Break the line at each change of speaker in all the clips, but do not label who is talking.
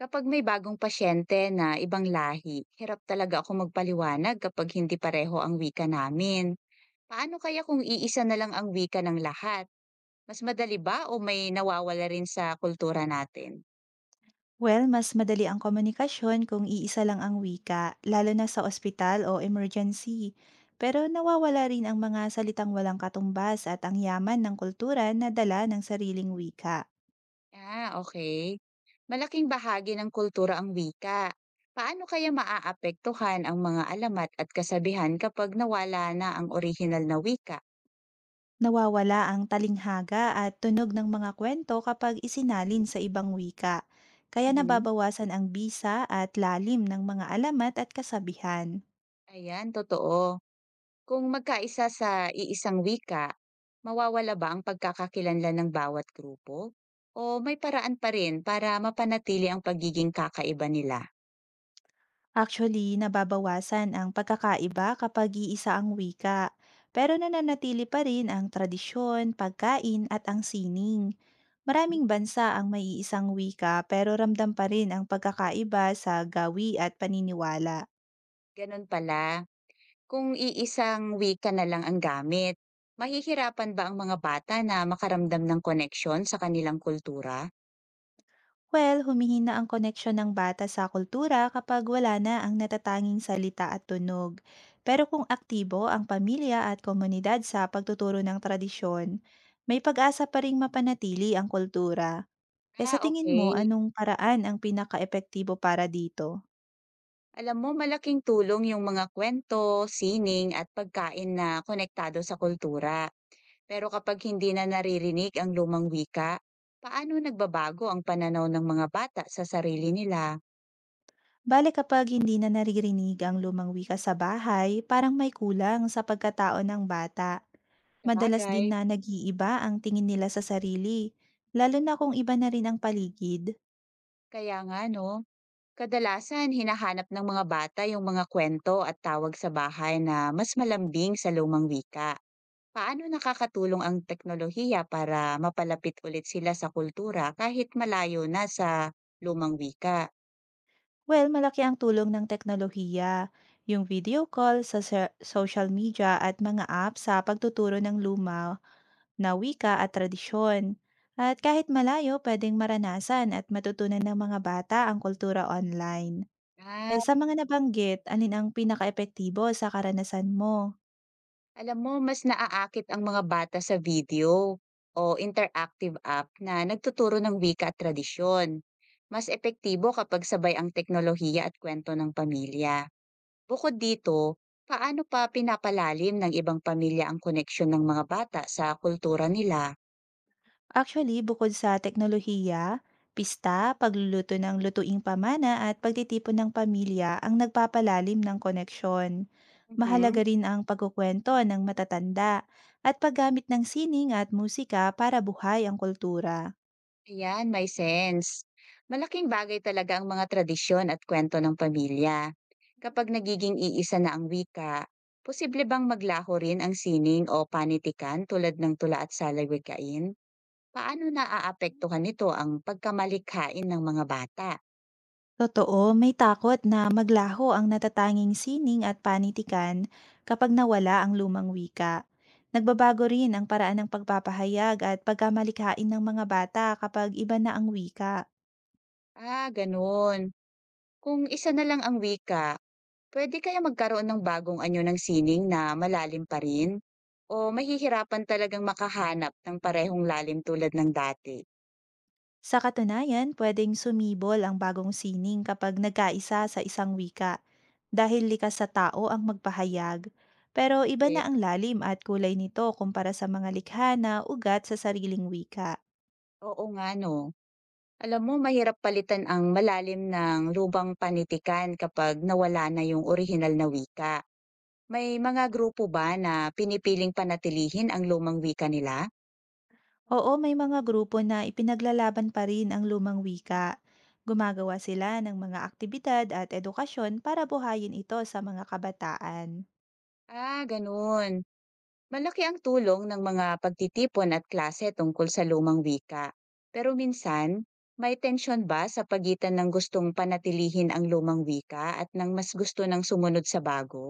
Kapag may bagong pasyente na ibang lahi, hirap talaga ako magpaliwanag kapag hindi pareho ang wika namin. Paano kaya kung iisa na lang ang wika ng lahat? Mas madali ba o may nawawala rin sa kultura natin?
Well, mas madali ang komunikasyon kung iisa lang ang wika, lalo na sa ospital o emergency. Pero nawawala rin ang mga salitang walang katumbas at ang yaman ng kultura na dala ng sariling wika.
Ah, okay. Malaking bahagi ng kultura ang wika. Paano kaya maaapektuhan ang mga alamat at kasabihan kapag nawala na ang orihinal na wika?
Nawawala ang talinghaga at tunog ng mga kwento kapag isinalin sa ibang wika. Kaya
Mhm.
nababawasan ang bisa at lalim ng mga alamat at kasabihan.
Ayan, totoo. Kung magkaisa sa iisang wika, mawawala ba ang pagkakakilanlan ng bawat grupo? O may paraan pa rin para mapanatili ang pagiging kakaiba nila?
Actually, nababawasan ang pagkakaiba kapag iisa ang wika, pero nananatili pa rin ang tradisyon, pagkain at ang sining. Maraming bansa ang may iisang wika pero ramdam pa rin ang pagkakaiba sa gawi at paniniwala.
Ganun pala, kung iisang wika na lang ang gamit, mahihirapan ba ang mga bata na makaramdam ng koneksyon sa kanilang kultura?
Well, humihina ang koneksyon ng bata sa kultura kapag wala na ang natatanging salita at tunog. Pero kung aktibo ang pamilya at komunidad sa pagtuturo ng tradisyon, may pag-asa pa rin mapanatili ang kultura. Eh, sa
Ah,
tingin mo
okay.
anong paraan ang pinaka epektibo para dito?
Alam mo, malaking tulong yung mga kwento, sining at pagkain na konektado sa kultura. Pero kapag hindi na naririnig ang lumang wika, paano nagbabago ang pananaw ng mga bata sa sarili nila?
Bale kapag hindi na naririnig ang lumang wika sa bahay, parang may kulang sa pagkatao ng bata. Madalas din
Sabagay,
na nag-iiba ang tingin nila sa sarili, lalo na kung iba na rin ang paligid.
kaya nga no, kadalasan hinahanap ng mga bata yung mga kwento at tawag sa bahay na mas malambing sa lumang wika. Paano nakakatulong ang teknolohiya para mapalapit ulit sila sa kultura kahit malayo na sa lumang wika?
Well, malaki ang tulong ng teknolohiya, yung video call sa social media at mga apps sa pagtuturo ng luma na wika at tradisyon. At kahit malayo, pwedeng maranasan at matutunan ng mga bata ang kultura online.
Ah,
Eh, sa mga nabanggit, alin ang pinaka-epektibo sa karanasan mo?
alam mo, mas naaakit ang mga bata sa video o interactive app na nagtuturo ng wika at tradisyon. Mas epektibo kapag sabay ang teknolohiya at kwento ng pamilya. Bukod dito, paano pa pinapalalim ng ibang pamilya ang koneksyon ng mga bata sa kultura nila?
Actually, bukod sa teknolohiya, pista, pagluluto ng lutuing pamana at pagtitipon ng pamilya ang nagpapalalim ng koneksyon.
Mhm.
Mahalaga rin ang pagkukwento ng matatanda at paggamit ng sining at musika para buhay ang kultura.
Ayan, may sense. Malaking bagay talaga ang mga tradisyon at kwento ng pamilya. Kapag nagiging iisa na ang wika, posible bang maglaho rin ang sining o panitikan tulad ng tula at salawikain? Paano naaapektuhan nito ang pagkamalikhain ng mga bata?
Totoo, may takot na maglaho ang natatanging sining at panitikan kapag nawala ang lumang wika. Nagbabago rin ang paraan ng pagpapahayag at pagkamalikhain ng mga bata kapag iba na ang wika.
Ah, ganun. Kung isa na lang ang wika, pwede kaya magkaroon ng bagong anyo ng sining na malalim pa rin? O mahihirapan talagang makahanap ng parehong lalim tulad ng dati?
Sa katunayan, pwedeng sumibol ang bagong sining kapag nagkaisa sa isang wika dahil likas sa tao ang magpahayag. Pero iba
Okay.
na ang lalim at kulay nito kumpara sa mga likha na ugat sa sariling wika.
Oo nga 'no. Alam mo, mahirap palitan ang malalim ng lubang panitikan kapag nawala na yung orihinal na wika. May mga grupo ba na pinipiling panatilihin ang lumang wika nila?
Oo, may mga grupo na ipinaglalaban pa rin ang lumang wika. Gumagawa sila ng mga aktibidad at edukasyon para buhayin ito sa mga kabataan.
Ah, gano'n. Malaki ang tulong ng mga pagtitipon at klase tungkol sa lumang wika. Pero minsan, may tensyon ba sa pagitan ng gustong panatilihin ang lumang wika at ng mas gusto ng sumunod sa bago?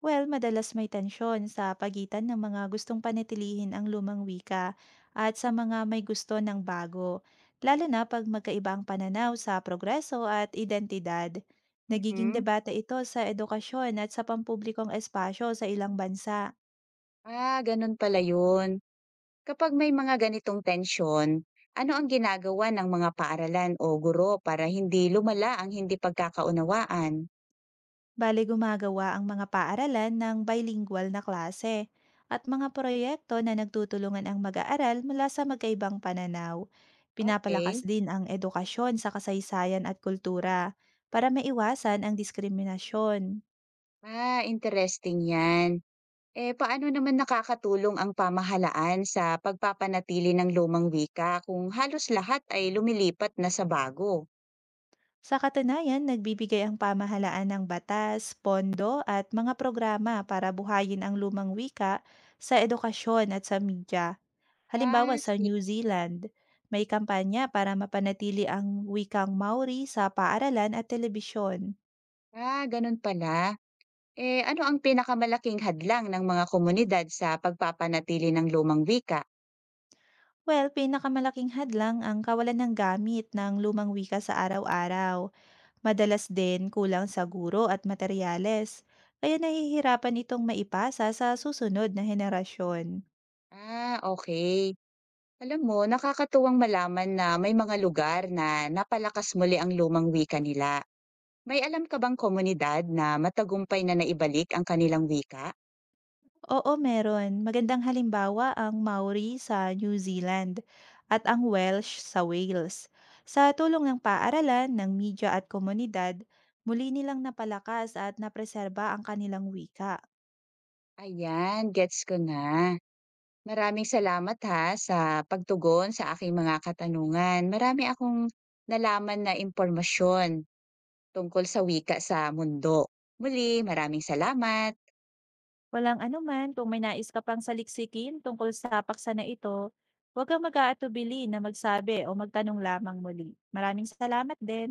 Well, madalas may tensyon sa pagitan ng mga gustong panatilihin ang lumang wika at sa mga may gusto ng bago, lalo na pag magkaiba ang pananaw sa progreso at identidad. Nagiging
Mhm.
debate ito sa edukasyon at sa pampublikong espasyo sa ilang bansa.
Ah, gano'n pala 'yun. Kapag may mga ganitong tensyon, ano ang ginagawa ng mga paaralan o guro para hindi lumala ang hindi pagkakaunawaan?
Bale gumagawa ang mga paaralan ng bilingual na klase at mga proyekto na nagtutulungan ang mag-aaral mula sa magkaibang pananaw. Pinapalakas
Okay.
din ang edukasyon sa kasaysayan at kultura para maiwasan ang diskriminasyon.
Ah, interesting yan. Eh, paano naman nakakatulong ang pamahalaan sa pagpapanatili ng lumang wika kung halos lahat ay lumilipat na sa bago?
Sa katunayan, nagbibigay ang pamahalaan ng batas, pondo at mga programa para buhayin ang lumang wika sa edukasyon at sa media. Halimbawa,
Ah,
sa
si-
New Zealand, may kampanya para mapanatili ang wikang Maori sa paaralan at telebisyon.
ah, ganun pala. Eh, ano ang pinakamalaking hadlang ng mga komunidad sa pagpapanatili ng lumang wika?
Well, pinakamalaking hadlang ang kawalan ng gamit ng lumang wika sa araw-araw. Madalas din kulang sa guro at materyales, kaya nahihirapan itong maipasa sa susunod na henerasyon.
Ah, okay. Alam mo, nakakatuwang malaman na may mga lugar na napalakas muli ang lumang wika nila. May alam ka bang komunidad na matagumpay na naibalik ang kanilang wika?
Oo, meron. Magandang halimbawa ang Maori sa New Zealand at ang Welsh sa Wales. Sa tulong ng paaralan, ng media at komunidad, muli nilang napalakas at napreserba ang kanilang wika.
Ayan, gets ko na. Maraming salamat ha sa pagtugon sa aking mga katanungan. Marami akong nalaman na impormasyon tungkol sa wika sa mundo. Muli, maraming salamat.
Walang anuman, kung may nais ka pang saliksikin tungkol sa paksa na ito, huwag kang mag-aatubili na magsabi o magtanong lamang muli. Maraming salamat din.